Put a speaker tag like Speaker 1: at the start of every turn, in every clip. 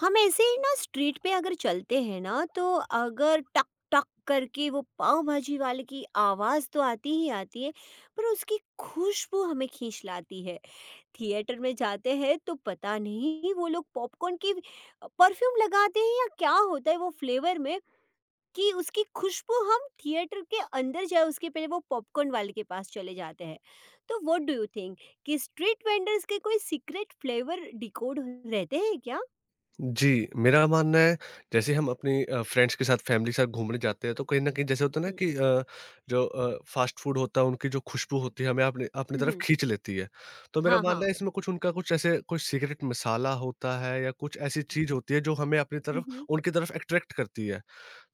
Speaker 1: हम ऐसे ही ना स्ट्रीट पे अगर चलते हैं ना तो अगर टक टक करके वो पाव भाजी वाले की आवाज़ तो आती ही आती है पर उसकी खुशबू हमें खींच लाती है। थिएटर में जाते हैं तो पता नहीं वो लोग पॉपकॉर्न की परफ्यूम लगाते हैं या क्या होता है वो फ्लेवर में कि उसकी खुशबू हम थिएटर के अंदर जाए उसके पहले वो पॉपकॉर्न वाले के पास चले जाते हैं। तो व्हाट डू यू थिंक कि स्ट्रीट वेंडर्स के कोई सीक्रेट फ्लेवर डिकोड रहते हैं क्या?
Speaker 2: जी, मेरा मानना है जैसे हम अपनी फ्रेंड्स के साथ, फैमिली के साथ घूमने जाते हैं, तो कहीं न कहीं जैसे होता है ना
Speaker 1: हुँ,
Speaker 2: कि जो फास्ट फूड होता है, उनकी जो खुशबू होती है हमें अपने अपनी
Speaker 1: हुँ,
Speaker 2: तरफ
Speaker 1: हुँ।
Speaker 2: खींच लेती है। तो मेरा
Speaker 1: हाँ,
Speaker 2: मानना
Speaker 1: हाँ।
Speaker 2: है, इसमें कुछ उनका कुछ ऐसे कुछ सीक्रेट मसाला होता है, या कुछ ऐसी चीज़ होती है जो हमें अपनी
Speaker 1: हुँ,
Speaker 2: तरफ
Speaker 1: हुँ,
Speaker 2: उनकी तरफ अट्रैक्ट करती है।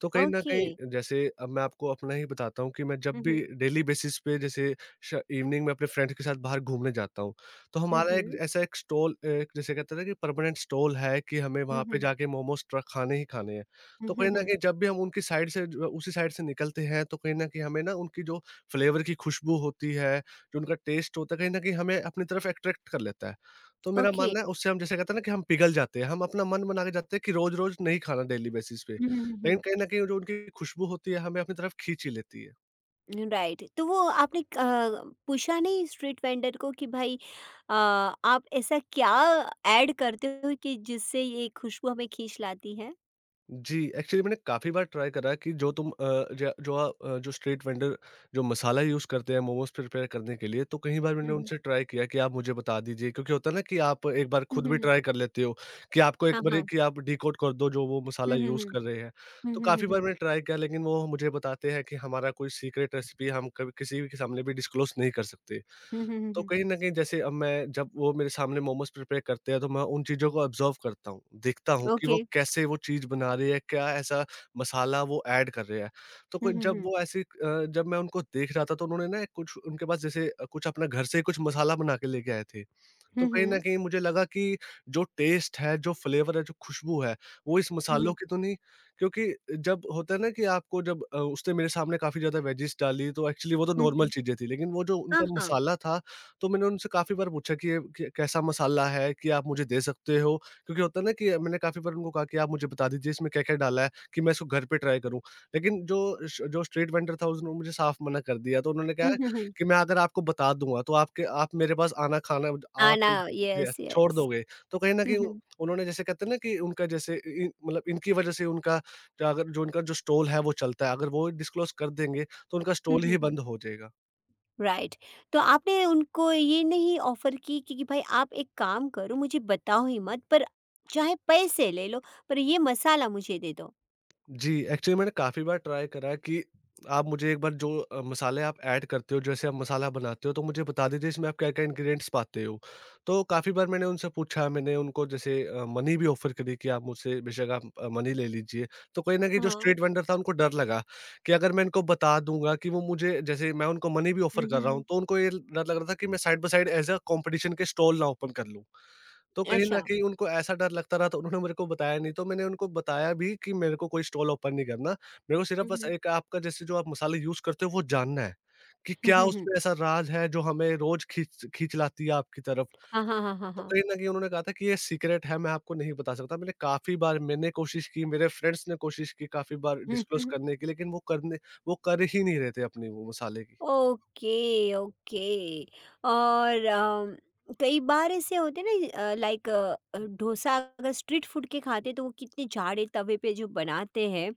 Speaker 2: तो कहीं न
Speaker 1: ओके।
Speaker 2: कहीं, जैसे अब मैं आपको अपना ही बताता हूँ, कि मैं जब
Speaker 1: हुँ,
Speaker 2: भी
Speaker 1: हुँ,
Speaker 2: डेली बेसिस पे, जैसे श इवनिंग में, अपने फ्रेंड्स के साथ बाहर घूमने जाता हूँ, तो
Speaker 1: हुँ,
Speaker 2: हमारा एक
Speaker 1: हुँ,
Speaker 2: ऐसा एक स्टॉल, जैसे कहते हैं ना, कि परमानेंट स्टॉल है, कि हमें
Speaker 1: हुँ,
Speaker 2: वहाँ पे
Speaker 1: हुँ,
Speaker 2: जाके मोमोज़ ट्र खाने ही खाने हैं।
Speaker 1: हुँ,
Speaker 2: तो कहीं न
Speaker 1: हुँ,
Speaker 2: कहीं, जब भी हम उनकी साइड से जो उसी साइड से निकलते हैं, तो कहीं न कहीं हमें ना उनकी जो फ्लेवर की खुशबू होती है, जो उनका टेस्ट होता है, कहीं न कहीं हमें अपनी तरफ अट्रैक्ट कर लेता है। तो मेरा
Speaker 1: ओके।
Speaker 2: मानना है, उससे हम, जैसे कहते हैं ना, कि हम पिघल जाते हैं, हम अपना मन बना के जाते हैं कि रोज़-रोज़ नहीं खाना डेली बेसिस पे।
Speaker 1: हुँ, हुँ,
Speaker 2: लेकिन
Speaker 1: हुँ,
Speaker 2: कहीं न कहीं जो उनकी खुशबू होती है, हमें अपनी तरफ खींच ही लेती है।
Speaker 1: Hmm, right. तो वो आपने पूछा नहीं स्ट्रीट वेंडर को कि भाई आप ऐसा क्या ऐड करते हो कि जिससे ये खुशबू हमें खींच लाती है?
Speaker 2: जी, एक्चुअली मैंने काफ़ी बार ट्राई करा है कि जो तुम अ, ज जो आ- अ, जो स्ट्रीट वेंडर जो मसाला यूज़ करते हैं मोमोज़ प्रिपेयर करने के लिए, तो कई बार
Speaker 1: हुँ,
Speaker 2: मैंने
Speaker 1: हुँ,
Speaker 2: उनसे ट्राई किया कि आप मुझे बता दीजिए, क्योंकि होता है ना कि आप एक बार
Speaker 1: हुँ,
Speaker 2: खुद
Speaker 1: हुँ,
Speaker 2: भी
Speaker 1: हुँ,
Speaker 2: ट्राई कर लेते हो, कि आपको
Speaker 1: हाँ,
Speaker 2: एक बार
Speaker 1: हाँ।
Speaker 2: कि आप डिकोड कर दो जो वो
Speaker 1: हुँ,
Speaker 2: मसाला
Speaker 1: हुँ,
Speaker 2: यूज़
Speaker 1: हुँ,
Speaker 2: कर रहे हैं। तो
Speaker 1: हुँ, हुँ,
Speaker 2: काफ़ी बार
Speaker 1: हुँ,
Speaker 2: मैंने ट्राई किया, लेकिन वो मुझे बताते हैं कि हमारा कोई सीक्रेट रेसिपी हम कभी किसी के सामने भी डिस्क्लोज़ नहीं कर सकते।
Speaker 1: हुँ, हुँ, हुँ, हुँ,
Speaker 2: तो
Speaker 1: हुँ,
Speaker 2: कहीं न कहीं, जैसे अब मैं, जब वो मेरे सामने मोमोज़ प्रिपेयर करते हैं, तो मैं उन चीज़ों को ऑब्ज़र्व करता हूँ। देखता हूँ कि
Speaker 1: ओके।
Speaker 2: वो कैसे वो चीज़ बना रही है, क्या ऐसा मसाला वो ऐड कर रहे हैं। तो
Speaker 1: हुँ,
Speaker 2: कोई
Speaker 1: हुँ,
Speaker 2: जब
Speaker 1: हुँ,
Speaker 2: वो ऐसी अ, जब मैं उनको देख रहा था, तो उन्होंने ना कुछ उनके पास, जैसे कुछ अपना घर से कुछ मसाला बना के लेके आए थे।
Speaker 1: हुँ,
Speaker 2: तो कहीं न
Speaker 1: हुँ,
Speaker 2: कहीं मुझे लगा कि जो टेस्ट है, जो फ्लेवर है, जो खुशबू है, वो इस
Speaker 1: हुँ, हुँ,
Speaker 2: मसालों की तो नहीं, क्योंकि जब होता है ना, कि आपको जब उसने मेरे सामने काफ़ी ज़्यादा वेजिस डाली, तो एक्चुअली वो तो
Speaker 1: हुँ,
Speaker 2: नॉर्मल
Speaker 1: हुँ,
Speaker 2: चीज़ें थी। लेकिन वो जो
Speaker 1: हाँ,
Speaker 2: उनका
Speaker 1: हाँ।
Speaker 2: मसाला था, तो मैंने उनसे काफ़ी बार पूछा कि ये क कैसा मसाला है, कि आप मुझे दे सकते हो? क्योंकि होता है ना, कि मैंने काफ़ी बार उनको कहा कि आप मुझे बता दीजिए इसमें क्या-क्या डाला है, कि मैं इसको घर पे ट्राई करूँ। लेकिन जो स्ट्रीट वेंडर था, उसने मुझे साफ मना कर दिया। तो उन्होंने कहा
Speaker 1: हुँ, हुँ, हुँ,
Speaker 2: कि मैं अगर आपको बता दूँगा, तो आपके आप मेरे पास आना-खाना,
Speaker 1: हाँ ना,
Speaker 2: आप यस
Speaker 1: यस,
Speaker 2: छोड़
Speaker 1: यस।
Speaker 2: दोगे। तो कहीं न
Speaker 1: हुँ,
Speaker 2: कहीं
Speaker 1: हुँ,
Speaker 2: उन्होंने, जैसे कहते हैं ना, कि उनका, जैसे इ इन मतलब, इनकी वज़ह से उनका जो अगर जो उनका जो स्टॉल है वो चलता है, अगर वो डिस्क्लोज़ कर देंगे, तो उनका
Speaker 1: हुँ,
Speaker 2: स्टॉल
Speaker 1: हुँ,
Speaker 2: ही
Speaker 1: हुँ।
Speaker 2: बंद हो जाएगा।
Speaker 1: राइट। तो आपने उनको ये नहीं ऑफ़र की कि भाई आप एक काम करो मुझे बताओ ही मत पर चाहे पैसे ले लो पर ये मसाला मुझे दे दो?
Speaker 2: जी, एक्चुअली मैंने काफ़ी बार ट्राई करा कि आप मुझे एक बार, जो मसाले आप ऐड करते हो, जैसे आप मसाला बनाते हो, तो मुझे बता दीजिए इसमें आप क्या-क्या इंग्रीडिएंट्स पाते हो। तो काफ़ी बार मैंने उनसे पूछा, मैंने उनको, जैसे मनी भी ऑफ़र करी, कि आप मुझसे बेशक आप मनी ले लीजिए। तो कहीं न कहीं जो
Speaker 1: हाँ।
Speaker 2: स्ट्रीट वेंडर था, उनको डर लगा कि अगर मैं इनको बता दूँगा कि वो मुझे, जैसे मैं उनको मनी भी ऑफ़र
Speaker 1: हुँ,
Speaker 2: कर
Speaker 1: हुँ,
Speaker 2: रहा हूँ,
Speaker 1: हुँ।
Speaker 2: तो उनको ये डर लग रहा था कि मैं side by side as a competition के स्टॉल ना ओपन कर लूँ। तो कहीं
Speaker 1: अच्छा।
Speaker 2: न कहीं उनको ऐसा डर लगता रहा, तो उन्होंने मेरे को बताया नहीं, तो मैंने उनको बताया भी कि मेरे को कोई स्टॉल ओपन नहीं करना। मेरे को सिर्फ़
Speaker 1: हुँ,
Speaker 2: बस
Speaker 1: हुँ।
Speaker 2: एक आपका, जैसे जो आप मसाले यूज़ करते हो वो जानना है, कि
Speaker 1: हुँ,
Speaker 2: क्या
Speaker 1: हुँ, हुँ।
Speaker 2: उसमें ऐसा राज है जो हमें रोज़ खींच खींच लाती है आपकी तरफ।
Speaker 1: हाँ, हाँ, हाँ, हाँ,
Speaker 2: तो
Speaker 1: हाँ।
Speaker 2: कहीं न कहीं उन्होंने कहा था कि ये सीक्रेट है, मैं आपको नहीं बता सकता। मैंने काफ़ी बार मैंने कोशिश की, मेरे फ्रेंड्स ने कोशिश की, काफ़ी बार
Speaker 1: हुँ,
Speaker 2: डिस्क्लोज़
Speaker 1: हुँ।
Speaker 2: करने की, लेकिन वो कर ही नहीं रहे थे अपनी वो मसाले की।
Speaker 1: Okay, okay. और कई बार ऐसे होते हैं ना लाइक अ, डोसा अगर स्ट्रीट फूड के खाते हैं तो वो कितने जाड़े तवे पे जो बनाते हैं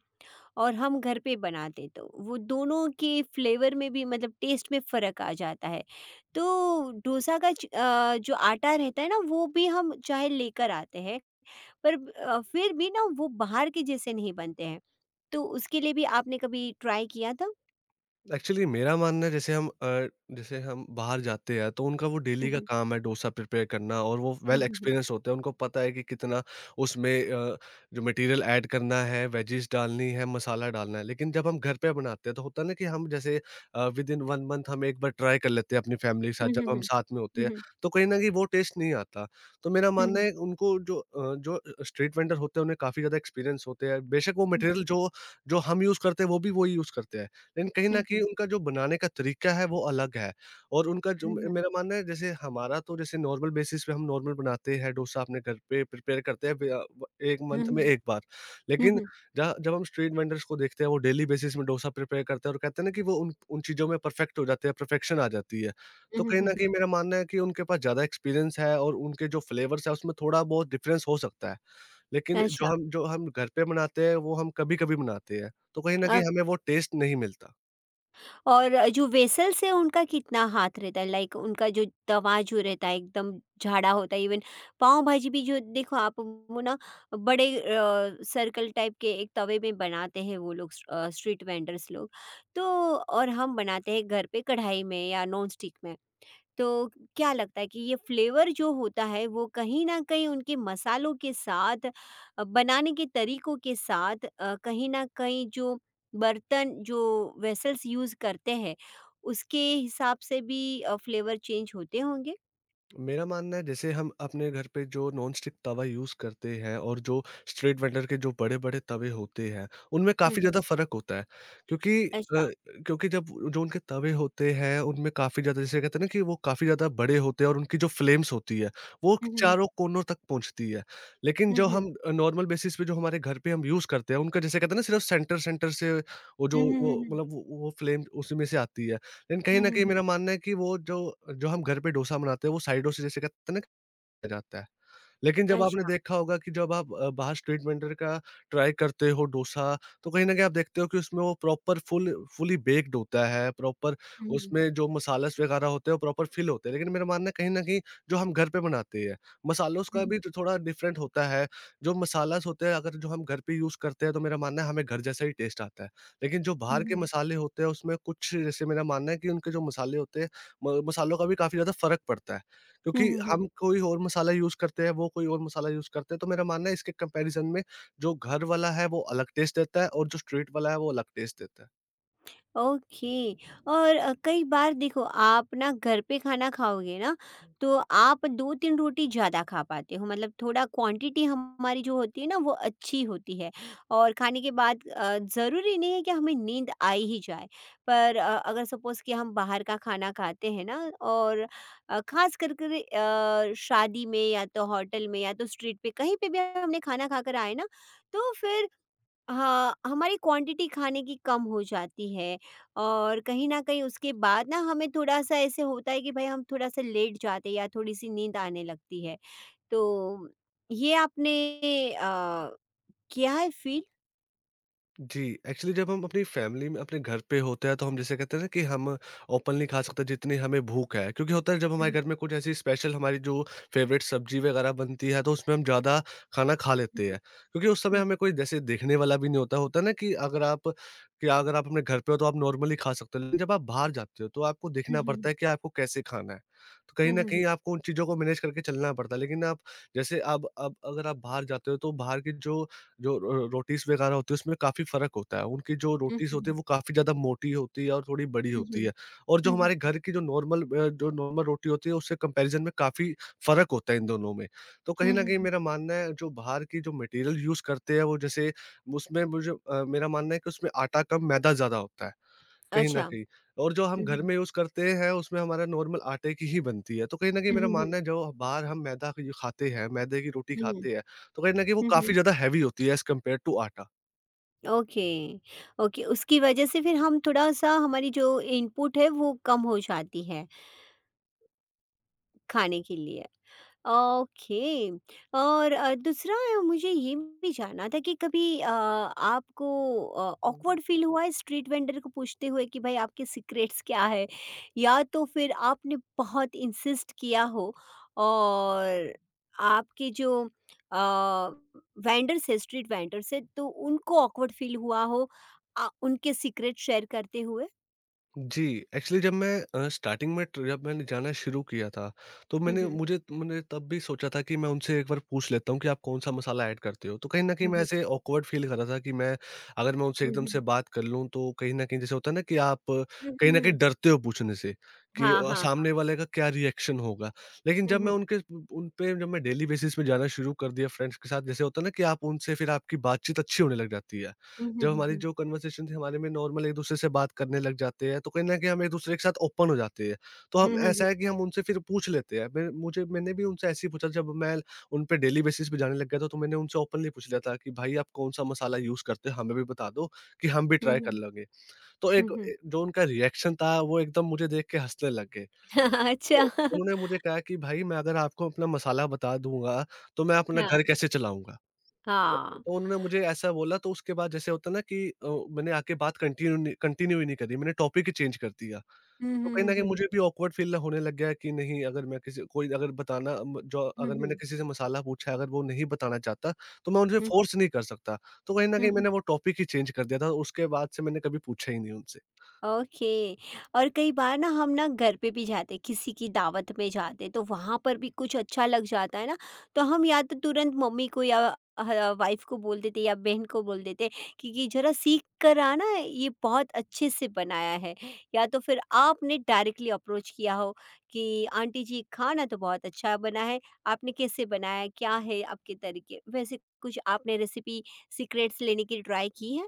Speaker 1: और हम घर पे बनाते तो वो दोनों के फ्लेवर में भी मतलब टेस्ट में फ़र्क आ जाता है। तो डोसा का जो आटा रहता है ना वो भी हम चाहे लेकर आते हैं पर फिर भी ना वो बाहर के जैसे नहीं बनते हैं। तो उसके लिए भी आपने कभी ट्राई किया था?
Speaker 2: एक्चुअली मेरा मानना है, जैसे हम बाहर जाते हैं, तो उनका वो
Speaker 1: हुँ,
Speaker 2: डेली का
Speaker 1: हुँ।
Speaker 2: काम है डोसा प्रिपेयर करना, और वो
Speaker 1: हुँ,
Speaker 2: वेल
Speaker 1: हुँ, हुँ।
Speaker 2: एक्सपीरियंस होते हैं, उनको पता है कि कितना उसमें जो मटेरियल ऐड करना है, वेजिस डालनी है, मसाला डालना है। लेकिन जब हम घर पे बनाते हैं, तो होता है ना कि हम, जैसे विद इन 1 मंथ हम एक बार ट्राई कर लेते हैं अपनी फैमिली के साथ, जब हम साथ में होते
Speaker 1: हुँ,
Speaker 2: हैं,
Speaker 1: हुँ, हुँ।
Speaker 2: तो कहीं ना कहीं वो टेस्ट नहीं आता। तो मेरा
Speaker 1: हुँ,
Speaker 2: मानना
Speaker 1: हुँ।
Speaker 2: है, उनको जो स्ट्रीट वेंडर होते हैं, उन्हें काफ़ी ज़्यादा एक्सपीरियंस होते हैं। बेशक वो
Speaker 1: हुँ,
Speaker 2: मटेरियल
Speaker 1: हुँ।
Speaker 2: जो जो हम यूज़ करते हैं वो भी वो यूज़ करते हैं, लेकिन कहीं
Speaker 1: हुँ,
Speaker 2: न कहीं
Speaker 1: हुँ।
Speaker 2: उनका जो बनाने का तरीका है, वो अलग है। और उनका जो,
Speaker 1: हुँ, हुँ।
Speaker 2: मेरा मानना है, जैसे हमारा तो, जैसे नॉर्मल बेसिस पे हम नॉर्मल बनाते हैं डोसा, अपने घर पे प्रिपेयर करते हैं वे अ, व 1
Speaker 1: हुँ,
Speaker 2: मंथ
Speaker 1: हुँ।
Speaker 2: में 1 बार।
Speaker 1: हुँ, हुँ। हुँ,
Speaker 2: लेकिन
Speaker 1: हुँ।
Speaker 2: जहाँ जब हम स्ट्रीट वेंडर्स को देखते हैं, वो डेली बेसिस में डोसा प्रिपेयर करते हैं, और कहते हैं ना कि वो उन उन चीज़ों में परफेक्ट हो जाते हैं, परफेक्शन आ जाती है।
Speaker 1: हुँ,
Speaker 2: तो
Speaker 1: हुँ,
Speaker 2: कहीं
Speaker 1: हुँ,
Speaker 2: न
Speaker 1: हुँ।
Speaker 2: कहीं मेरा मानना है कि उनके पास ज़्यादा एक्सपीरियंस है, और उनके जो फ्लेवर्स हैं, उसमें थोड़ा-बहुत डिफरेंस हो सकता है। लेकिन जो
Speaker 1: अच्छा।
Speaker 2: हम जो हम घर पे बनाते हैं, वो हम कभी-कभी बनाते हैं। तो कहीं न कहीं हमें वो टेस्ट नहीं मिलता।
Speaker 1: और जो वेसल्स है उनका कितना हाथ रहता है लाइक उनका जो तवा जो रहता है एकदम झाड़ा होता है इवन पाव भाजी भी जो देखो आप वो ना बड़े सर्कल टाइप के एक तवे में बनाते हैं वो लोग स्ट्रीट वेंडर्स लोग तो और हम बनाते हैं घर पे कढ़ाई में या नॉन स्टिक में तो क्या लगता है कि ये फ्लेवर जो होता है वो कहीं ना कहीं उनके मसालों के साथ, बनाने के तरीकों के साथ, कहीं ना कहीं जो बर्तन जो वेसल्स यूज़ करते हैं उसके हिसाब से भी फ्लेवर चेंज होते होंगे।
Speaker 2: मेरा मानना है, जैसे हम अपने घर पे जो नॉन स्टिक तवा यूज़ करते हैं, और जो स्ट्रीट वेंडर के जो बड़े-बड़े तवे होते हैं, उनमें काफ़ी
Speaker 1: हम्म,
Speaker 2: ज़्यादा फ़र्क होता है। क्योंकि अ,
Speaker 1: अच्छा।
Speaker 2: क्योंकि जब जो उनके तवे होते हैं, उनमें काफ़ी ज़्यादा, जैसे कहते हैं ना, कि वो काफ़ी ज़्यादा बड़े होते हैं, और उनकी जो फ्लेम्स होती है, वो
Speaker 1: हम्म।
Speaker 2: चारों कोनों तक पहुँचती है। लेकिन
Speaker 1: हम्म।
Speaker 2: जो
Speaker 1: हम्म।
Speaker 2: हम नॉर्मल बेसिस पे, जो हमारे घर पे हम यूज़ करते हैं, उनका, जैसे कहते हैं ना, सिर्फ़ सेंटर सेंटर से, वो जो
Speaker 1: हम्म।
Speaker 2: वो
Speaker 1: हम्म।
Speaker 2: मतलब वो फ्लेम उसी में से आती है। लेकिन कहीं न
Speaker 1: हम्म।
Speaker 2: कहीं
Speaker 1: हम्म।
Speaker 2: मेरा मानना है कि वो जो जो हम घर पे डोसा बनाते हैं, वो साइडों से, जैसे कहते हैं ना, खाया जाता है। लेकिन जब आपने
Speaker 1: अच्छा।
Speaker 2: देखा होगा कि जब आप बाहर स्ट्रीट वेंडर का ट्राई करते हो डोसा, तो कहीं न कहीं आप देखते हो कि उसमें वो प्रॉपर फुली बेक्ड होता है, प्रॉपर,
Speaker 1: हम्म।
Speaker 2: उसमें जो मसालास वगैरह होते हैं, वो प्रॉपर फिल होते हैं। लेकिन मेरा मानना है, कहीं न कहीं जो हम घर पे बनाते हैं, मसालों का
Speaker 1: हम्म,
Speaker 2: भी तो थोड़ा डिफरेंट होता है। जो मसालास होते हैं, अगर जो हम घर पे यूज़ करते हैं, तो मेरा मानना है हमें घर जैसा ही टेस्ट आता है। लेकिन जो बाहर के
Speaker 1: हम्म,
Speaker 2: मसाले होते हैं, उसमें कुछ, जैसे मेरा मानना है कि उनके जो मसाले होते हैं, म मसालों का भी काफ़ी ज़्यादा फ़र्क पड़ता है।
Speaker 1: हम्म,
Speaker 2: क्योंकि
Speaker 1: हम्म,
Speaker 2: हम कोई और मसाला यूज़ करते हैं, वो कोई और मसाला यूज़ करते हैं, तो मेरा मानना है, इसके कंपैरिज़न में जो घर वाला है वो अलग टेस्ट देता है, और जो स्ट्रीट वाला है वो अलग टेस्ट देता है।
Speaker 1: ओके। और कई बार देखो आप ना घर पे खाना खाओगे ना तो आप 2-3 रोटी ज़्यादा खा पाते हो मतलब थोड़ा क्वांटिटी हमारी जो होती है ना वो अच्छी होती है और खाने के बाद ज़रूरी नहीं है कि हमें नींद आ ही जाए, पर अगर सपोज़ कि हम बाहर का खाना खाते हैं ना, और ख़ास कर कर शादी में या तो होटल में या तो स्ट्रीट पे कहीं पे भी हमने खाना खाकर आए ना, तो फिर हाँ, हमारी क्वांटिटी खाने की कम हो जाती है और कहीं न कहीं उसके बाद ना हमें थोड़ा-सा ऐसे होता है कि भाई हम थोड़ा-सा लेट जाते हैं या थोड़ी-सी नींद आने लगती है। तो ये आपने अ, किया है फ़ील?
Speaker 2: जी, एक्चुअली जब हम अपनी फैमिली में अपने घर पे होते हैं, तो हम, जैसे कहते हैं ना, कि हम ओपनली खा सकते हैं जितनी हमें भूख है। क्योंकि होता है, जब हमारे
Speaker 1: हुँ,
Speaker 2: घर में कुछ ऐसी स्पेशल हमारी जो फेवरेट सब्ज़ी वगैरह बनती है, तो उसमें हम ज़्यादा खाना खा
Speaker 1: हुँ,
Speaker 2: लेते
Speaker 1: हुँ,
Speaker 2: हैं। क्योंकि उस समय
Speaker 1: हुँ,
Speaker 2: हमें कोई जैसे देखने वाला भी नहीं होता। होता है ना, कि अगर आप अपने घर पे हो, तो आप नॉर्मली खा सकते हो। लेकिन जब आप बाहर जाते हो, तो आपको देखना पड़ता
Speaker 1: हुँ,
Speaker 2: है कि आपको कैसे खाना है। तो
Speaker 1: हुँ,
Speaker 2: कहीं
Speaker 1: हुँ,
Speaker 2: न
Speaker 1: हुँ, हुँ,
Speaker 2: कहीं आपको उन चीज़ों को मैनेज करके चलना पड़ता है। लेकिन आप, जैसे अब अगर आप बाहर जाते हो, तो बाहर की जो जो रो रोटीज़ वग़ैरह होती है, उसमें काफ़ी फ़र्क होता है। उनकी जो
Speaker 1: हुँ,
Speaker 2: रोटीज़ होती
Speaker 1: हुँ,
Speaker 2: है, वो काफ़ी ज़्यादा मोटी होती है और थोड़ी बड़ी
Speaker 1: हुँ,
Speaker 2: होती है। और जो हमारे
Speaker 1: हुँ,
Speaker 2: घर की जो नॉर्मल रोटी होती है, उससे कंपैरिज़न में काफ़ी फ़र्क होता है इन दोनों में। तो
Speaker 1: हुँ,
Speaker 2: कहीं न
Speaker 1: हुँ,
Speaker 2: कहीं
Speaker 1: हुँ।
Speaker 2: मेरा मानना है, जो बाहर की जो मटेरियल यूज़ करते हैं, वो जैसे उसमें मुझे मेरा मानना है कि उसमें आटा कम मैदा ज़्यादा होता है। कहीं न
Speaker 1: अच्छा।
Speaker 2: कहीं और जो हम
Speaker 1: हुँ,
Speaker 2: घर
Speaker 1: हुँ,
Speaker 2: में यूज़ करते हैं, उसमें हमारा नॉर्मल आटे की ही बनती है। तो कहीं न कहीं
Speaker 1: हुँ,
Speaker 2: मेरा
Speaker 1: हुँ,
Speaker 2: मानना है, जो बाहर हम मैदा क खाते हैं, मैदे की रोटी
Speaker 1: हुँ,
Speaker 2: खाते हैं, तो कहीं न कहीं वो
Speaker 1: हुँ,
Speaker 2: काफ़ी
Speaker 1: हुँ।
Speaker 2: ज़्यादा हेवी होती है एज़ कम्पेयर टू आटा।
Speaker 1: ओके, ओके उसकी वजह से फिर हम थोड़ा-सा हमारी जो इनपुट है वो कम हो जाती है खाने के लिए। ओके। और दूसरा मुझे ये भी जानना था कि कभी आपको ऑकवर्ड फील हुआ है स्ट्रीट वेंडर को पूछते हुए कि भाई आपके सीक्रेट्स क्या है, या तो फिर आपने बहुत इंसिस्ट किया हो और आपके जो वेंडर्स है स्ट्रीट वेंडर्स है तो उनको ऑकवर्ड फील हुआ हो उनके सीक्रेट शेयर करते हुए?
Speaker 2: जी, एक्चुअली जब मैं स्टार्टिंग में ट जब मैंने जाना शुरू किया था, तो
Speaker 1: हम्म।
Speaker 2: मैंने
Speaker 1: हम्म।
Speaker 2: मुझे मैंने तब भी सोचा था कि मैं उनसे एक बार पूछ लेता हूँ कि आप कौन-सा मसाला ऐड करते हो? तो कहीं न कहीं मैं
Speaker 1: हम्म।
Speaker 2: ऐसे ऑकवर्ड फ़ील कर रहा था कि मैं अगर मैं उनसे एकदम से
Speaker 1: हम्म।
Speaker 2: बात कर लूँ, तो कहीं न कहीं जैसे होता है ना कि आप
Speaker 1: हम्म।
Speaker 2: कहीं
Speaker 1: हम्म।
Speaker 2: न कहीं डरते हो पूछने से कि
Speaker 1: हाँ हाँ।
Speaker 2: सामने वाले का क्या रिएक्शन होगा? लेकिन
Speaker 1: हम्म।
Speaker 2: जब मैं
Speaker 1: हम्म।
Speaker 2: उनके उन पे जब मैं डेली बेसिस पे जाना शुरू कर दिया फ्रेंड्स के साथ, जैसे होता है ना कि आप उनसे फिर आपकी बातचीत अच्छी होने लग जाती है।
Speaker 1: हम्म। हम्म।
Speaker 2: जब हमारी
Speaker 1: हम्म।
Speaker 2: जो कन्वर्सेशन थी हमारे में नॉर्मल एक-दूसरे से बात करने लग जाते हैं, तो कहीं न कहीं हम एक-दूसरे के साथ ओपन हो जाते हैं। तो हम
Speaker 1: हम्म।
Speaker 2: ऐसा है
Speaker 1: हम्म।
Speaker 2: कि हम उनसे फिर पूछ लेते हैं। मैंने भी उनसे ऐसे ही पूछा जब मैं उन पे डेली बेसिस पे जाने लग गया था, तो मैंने उनसे ओपनली पूछ लिया था कि भाई आप कौन-सा मसाला यूज़ करते हो? हमें भी बता दो कि हम भी
Speaker 1: हम्म,
Speaker 2: ट्राई कर
Speaker 1: हम्म,
Speaker 2: लेंगे। तो
Speaker 1: हुँ,
Speaker 2: एक
Speaker 1: हुँ।
Speaker 2: ए जो उनका रिएक्शन था, वो एकदम मुझे देख के हँसने लग गए। तो
Speaker 1: अच्छा।
Speaker 2: उन्होंने मुझे कहा कि भाई मैं अगर आपको अपना मसाला बता दूँगा, तो मैं अपना
Speaker 1: हाँ,
Speaker 2: घर कैसे चलाऊँगा?
Speaker 1: हाँ।
Speaker 2: तो उन्होंने मुझे ऐसा बोला, तो उसके बाद जैसे होता है ना कि मैंने आके बात कंटिन्यू नहीं, कंटिन्यू ही नहीं करी, मैंने टॉपिक ही चेंज कर दिया।
Speaker 1: हुँ,
Speaker 2: तो
Speaker 1: हुँ,
Speaker 2: कहीं न
Speaker 1: हुँ,
Speaker 2: कहीं
Speaker 1: हुँ, हुँ।
Speaker 2: मुझे भी ऑकवर्ड फ़ील होने लग गया कि नहीं, अगर मैं किसी कोई अगर बताना म जो
Speaker 1: हुँ,
Speaker 2: अगर मैंने
Speaker 1: हुँ।
Speaker 2: किसी से मसाला पूछा, अगर वो नहीं बताना चाहता, तो मैं उनसे फ़ोर्स नहीं कर सकता। तो कहीं न
Speaker 1: हुँ,
Speaker 2: कहीं
Speaker 1: हुँ,
Speaker 2: मैंने वो टॉपिक ही चेंज कर दिया था, उसके बाद से मैंने कभी पूछा ही नहीं उनसे।
Speaker 1: ओके। और कई बार ना हम ना घर पे भी जाते किसी की दावत में जाते तो वहां पर भी कुछ अच्छा लग जाता है ना, तो हम या तो तुरंत मम्मी को या वाइफ को बोल देते या बहन को बोल देते कि जरा सीख कर आना ये बहुत अच्छे से बनाया है, या तो फिर आपने डायरेक्टली अप्रोच किया हो कि आंटी जी खाना तो बहुत अच्छा बना है, आपने कैसे बनाया, क्या है आपके तरीके, वैसे कुछ आपने रेसिपी सीक्रेट्स लेने की ट्राई की है?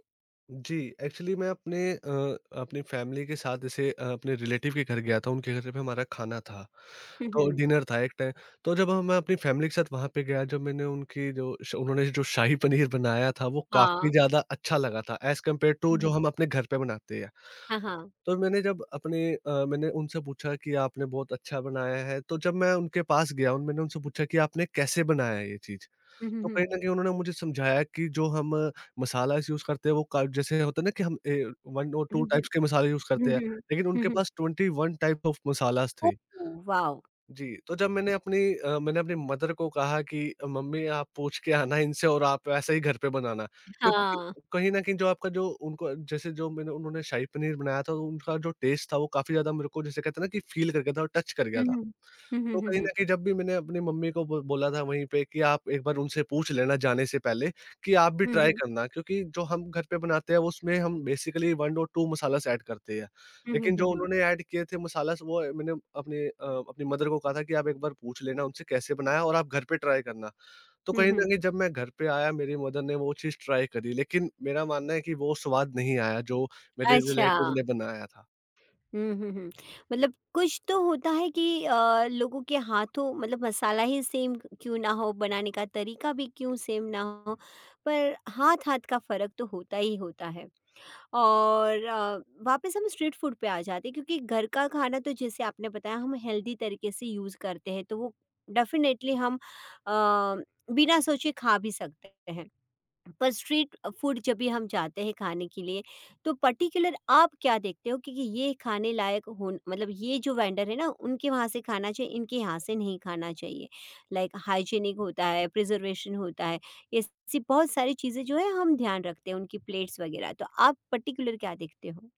Speaker 2: जी, एक्चुअली मैं अपनी फ़ैमिली के साथ जैसे अपने रिलेटिव के घर गया था, उनके घर पे हमारा खाना था।
Speaker 1: हम्म,
Speaker 2: तो
Speaker 1: हम्म,
Speaker 2: डिनर था एक टाइम। तो जब हम मैं अपनी फ़ैमिली के साथ वहाँ पे गया, जब मैंने उनकी जो श उन्होंने जो शाही पनीर बनाया था, वो काफ़ी
Speaker 1: हाँ।
Speaker 2: ज़्यादा अच्छा लगा था एज़ कम्पेयर टू जो
Speaker 1: हम्म।
Speaker 2: हम अपने घर पे बनाते हैं।
Speaker 1: हाँ, हाँ।
Speaker 2: तो मैंने जब मैंने उनसे पूछा कि आपने बहुत अच्छा बनाया है, तो जब मैं उनके पास गया, उन मैंने उनसे पूछा कि आपने कैसे बनाया ये चीज़?
Speaker 1: हुँ, हुँ,
Speaker 2: तो कहीं
Speaker 1: हुँ।
Speaker 2: न कहीं उन्होंने मुझे समझाया कि जो हम मसाला यूज़ करते हैं, वो का जैसे होता है ना कि हम ए 1 और 2
Speaker 1: हुँ, हुँ।
Speaker 2: टाइप्स के मसाले यूज़
Speaker 1: हुँ,
Speaker 2: करते हैं,
Speaker 1: हुँ,
Speaker 2: लेकिन
Speaker 1: हुँ,
Speaker 2: उनके
Speaker 1: हुँ।
Speaker 2: पास 21 टाइप ऑफ मसालास
Speaker 1: ओह!
Speaker 2: थे।
Speaker 1: वाओ!
Speaker 2: जी, तो जब मैंने मैंने अपनी मदर को कहा कि मम्मी आप पूछ के आना इनसे और आप ऐसे ही घर पे बनाना, क्योंकि
Speaker 1: हाँ।
Speaker 2: कहीं न कहीं जो आपका जो उनको जैसे जो मैंने उन्होंने शाही पनीर बनाया था, तो उनका जो टेस्ट था वो काफ़ी ज़्यादा मेरे को जैसे कहते हैं ना कि फ़ील कर गया था और टच कर
Speaker 1: हुँ,
Speaker 2: गया था।
Speaker 1: हुँ। हुँ, हुँ,
Speaker 2: तो
Speaker 1: हुँ,
Speaker 2: कहीं
Speaker 1: हुँ।
Speaker 2: न कहीं जब भी मैंने अपनी मम्मी को बो बोला था वहीं पे कि आप एक बार उनसे पूछ लेना जाने से पहले कि आप भी
Speaker 1: हुँ,
Speaker 2: ट्राई
Speaker 1: हुँ।
Speaker 2: करना, क्योंकि जो हम घर पे बनाते हैं उसमें हम बेसिकली 1 और 2 मसालास ऐड करते हैं।
Speaker 1: हुँ, हुँ,
Speaker 2: लेकिन
Speaker 1: हुँ,
Speaker 2: जो
Speaker 1: हुँ।
Speaker 2: उन्होंने ऐड किए थे मसालास, वो मैंने अपनी मदर को कहा था कि आप एक बार पूछ लेना उनसे कैसे बनाया और आप घर पे ट्राई करना। तो
Speaker 1: हुँ,
Speaker 2: कहीं न
Speaker 1: हुँ।
Speaker 2: कहीं जब मैं घर पे आया, मेरी मदर ने वो चीज़ ट्राई करी, लेकिन मेरा मानना है कि वो स्वाद नहीं आया जो मेरे
Speaker 1: अच्छा।
Speaker 2: रिलेटिव ने बनाया था।
Speaker 1: हुँ, हुँ, हुँ। मतलब कुछ तो होता है कि लोगों के हाथों, मतलब मसाला ही सेम क्यों ना हो, बनाने का तरीका भी क्यों सेम ना हो, पर हाथ-हाथ का फ़र्क तो होता ही होता है। और वापस हम स्ट्रीट फूड पे आ जाते हैं क्योंकि घर का खाना तो जैसे आपने बताया हम हेल्दी तरीके से यूज़ करते हैं तो वो डेफिनेटली हम अ, बिना सोचे खा भी सकते हैं, पर स्ट्रीट फूड जब भी हम जाते हैं खाने के लिए तो पर्टिकुलर आप क्या देखते हो क्योंकि ये खाने लायक हो, मतलब ये जो वेंडर है ना उनके वहाँ से खाना चाहिए इनके यहाँ से नहीं खाना चाहिए, लाइक हाइजीनिक होता है, प्रिजर्वेशन होता है, ये ऐसी बहुत सारी चीज़ें जो है हम ध्यान रखते हैं, उनकी प्लेट्स वगैरह, तो आप पर्टिकुलर क्या देखते हो?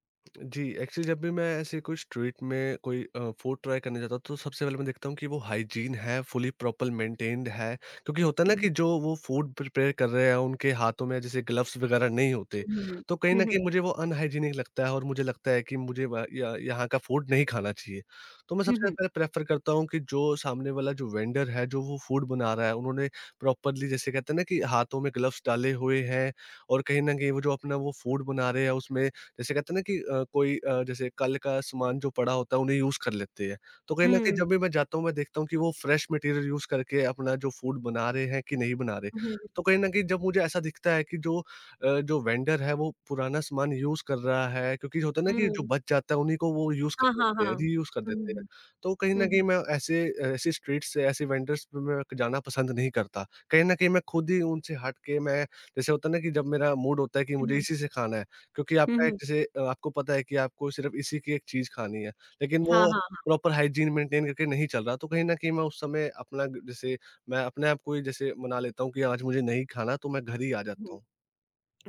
Speaker 2: जी, एक्चुअली जब भी मैं ऐसे कोई स्ट्रीट में कोई फूड ट्राई करने जाता हूँ, तो सबसे पहले मैं देखता हूँ कि वो हाइजीन है, फुली प्रॉपर मेंटेन्ड है। क्योंकि होता है ना कि
Speaker 1: हम्म,
Speaker 2: जो वो फूड प्रिपेयर कर रहे हैं, उनके हाथों में जैसे ग्लव्स वगैरह नहीं होते,
Speaker 1: हम्म,
Speaker 2: तो कहीं न
Speaker 1: हम्म,
Speaker 2: कहीं मुझे वो अनहाइजीनिक लगता है और मुझे लगता है कि मुझे व य यहाँ का फूड नहीं खाना चाहिए। तो मैं सबसे
Speaker 1: हम्म,
Speaker 2: पहले प्रेफ़र करता हूँ कि जो सामने वाला जो वेंडर है, जो वो फूड बना रहा है, उन्होंने प्रॉपरली जैसे कहते हैं ना कि हाथों में ग्लव्स डाले हुए हैं। और कहीं न कहीं वो जो अपना वो फूड बना रहे हैं, उसमें जैसे कहते हैं ना कि कोई जैसे कल का सामान जो पड़ा होता है उन्हें यूज़ कर लेते हैं। तो कहीं न कहीं
Speaker 1: हम्म,
Speaker 2: जब भी मैं जाता हूँ, मैं देखता हूँ कि वो फ्रेश मटेरियल यूज़ करके अपना जो फूड बना रहे हैं कि नहीं बना रहे।
Speaker 1: हम्म,
Speaker 2: तो कहीं न कहीं जब मुझे ऐसा दिखता है कि जो जो वेंडर है वो पुराना सामान यूज़ कर रहा है, क्योंकि होता है ना कि जो
Speaker 1: हम्म,
Speaker 2: बच जाता है उन्हीं को वो यूज़
Speaker 1: हाँ
Speaker 2: कर
Speaker 1: हाँ
Speaker 2: देते हैं,
Speaker 1: हाँ।
Speaker 2: रीयूज़ कर देते हैं। तो कहीं न
Speaker 1: हम्म,
Speaker 2: कहीं मैं ऐसे ऐसी स्ट्रीट्स से ऐसे वेंडर्स पे मैं जाना पसंद नहीं करता। कहीं न कहीं मैं खुद ही उनसे हट के, मैं जैसे होता है ना कि जब मेरा मूड होता है कि मुझे
Speaker 1: हम्म,
Speaker 2: इसी से खाना है, क्योंकि आपका एक
Speaker 1: हम्म,
Speaker 2: जैसे आपको पता है कि आपको सिर्फ़ इसी की एक चीज़ खानी है, लेकिन
Speaker 1: हाँ
Speaker 2: वो
Speaker 1: हाँ
Speaker 2: प्रॉपर हाइजीन मेंटेन करके नहीं चल रहा, तो कहीं न कहीं मैं उस समय अपना ग जैसे मैं अपने आप को ही जैसे मना लेता हूँ कि आज मुझे नहीं खाना, तो मैं घर ही आ जाता
Speaker 1: हाँ।
Speaker 2: हूँ।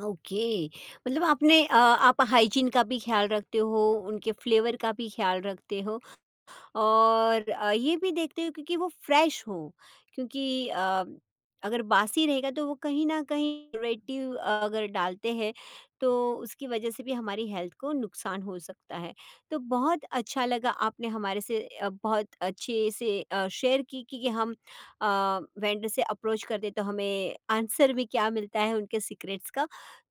Speaker 1: ओके, मतलब आपने आप हाइजीन का भी ख़्याल रखते हो, उनके फ्लेवर का भी ख़्याल रखते हो, और ये भी देखती हूँ क्योंकि वो फ्रेश हो, क्योंकि अगर बासी रहेगा तो वो कहीं न कहीं रेडिव अगर डालते हैं तो उसकी वजह से भी हमारी हेल्थ को नुकसान हो सकता है। तो बहुत अच्छा लगा आपने हमारे से बहुत अच्छे से शेयर की कि हम वेंडर से अप्रोच करते तो हमें आंसर में क्या मिलता है उनके सीक्रेट्स का।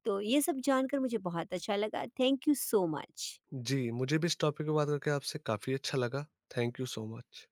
Speaker 1: तो ये सब जानकर मुझे बहुत अच्छा लगा। Thank you so much.
Speaker 2: जी, मुझे भी इस टॉपिक पे बात करके आपसे काफ़ी अच्छा लगा। Thank you so much.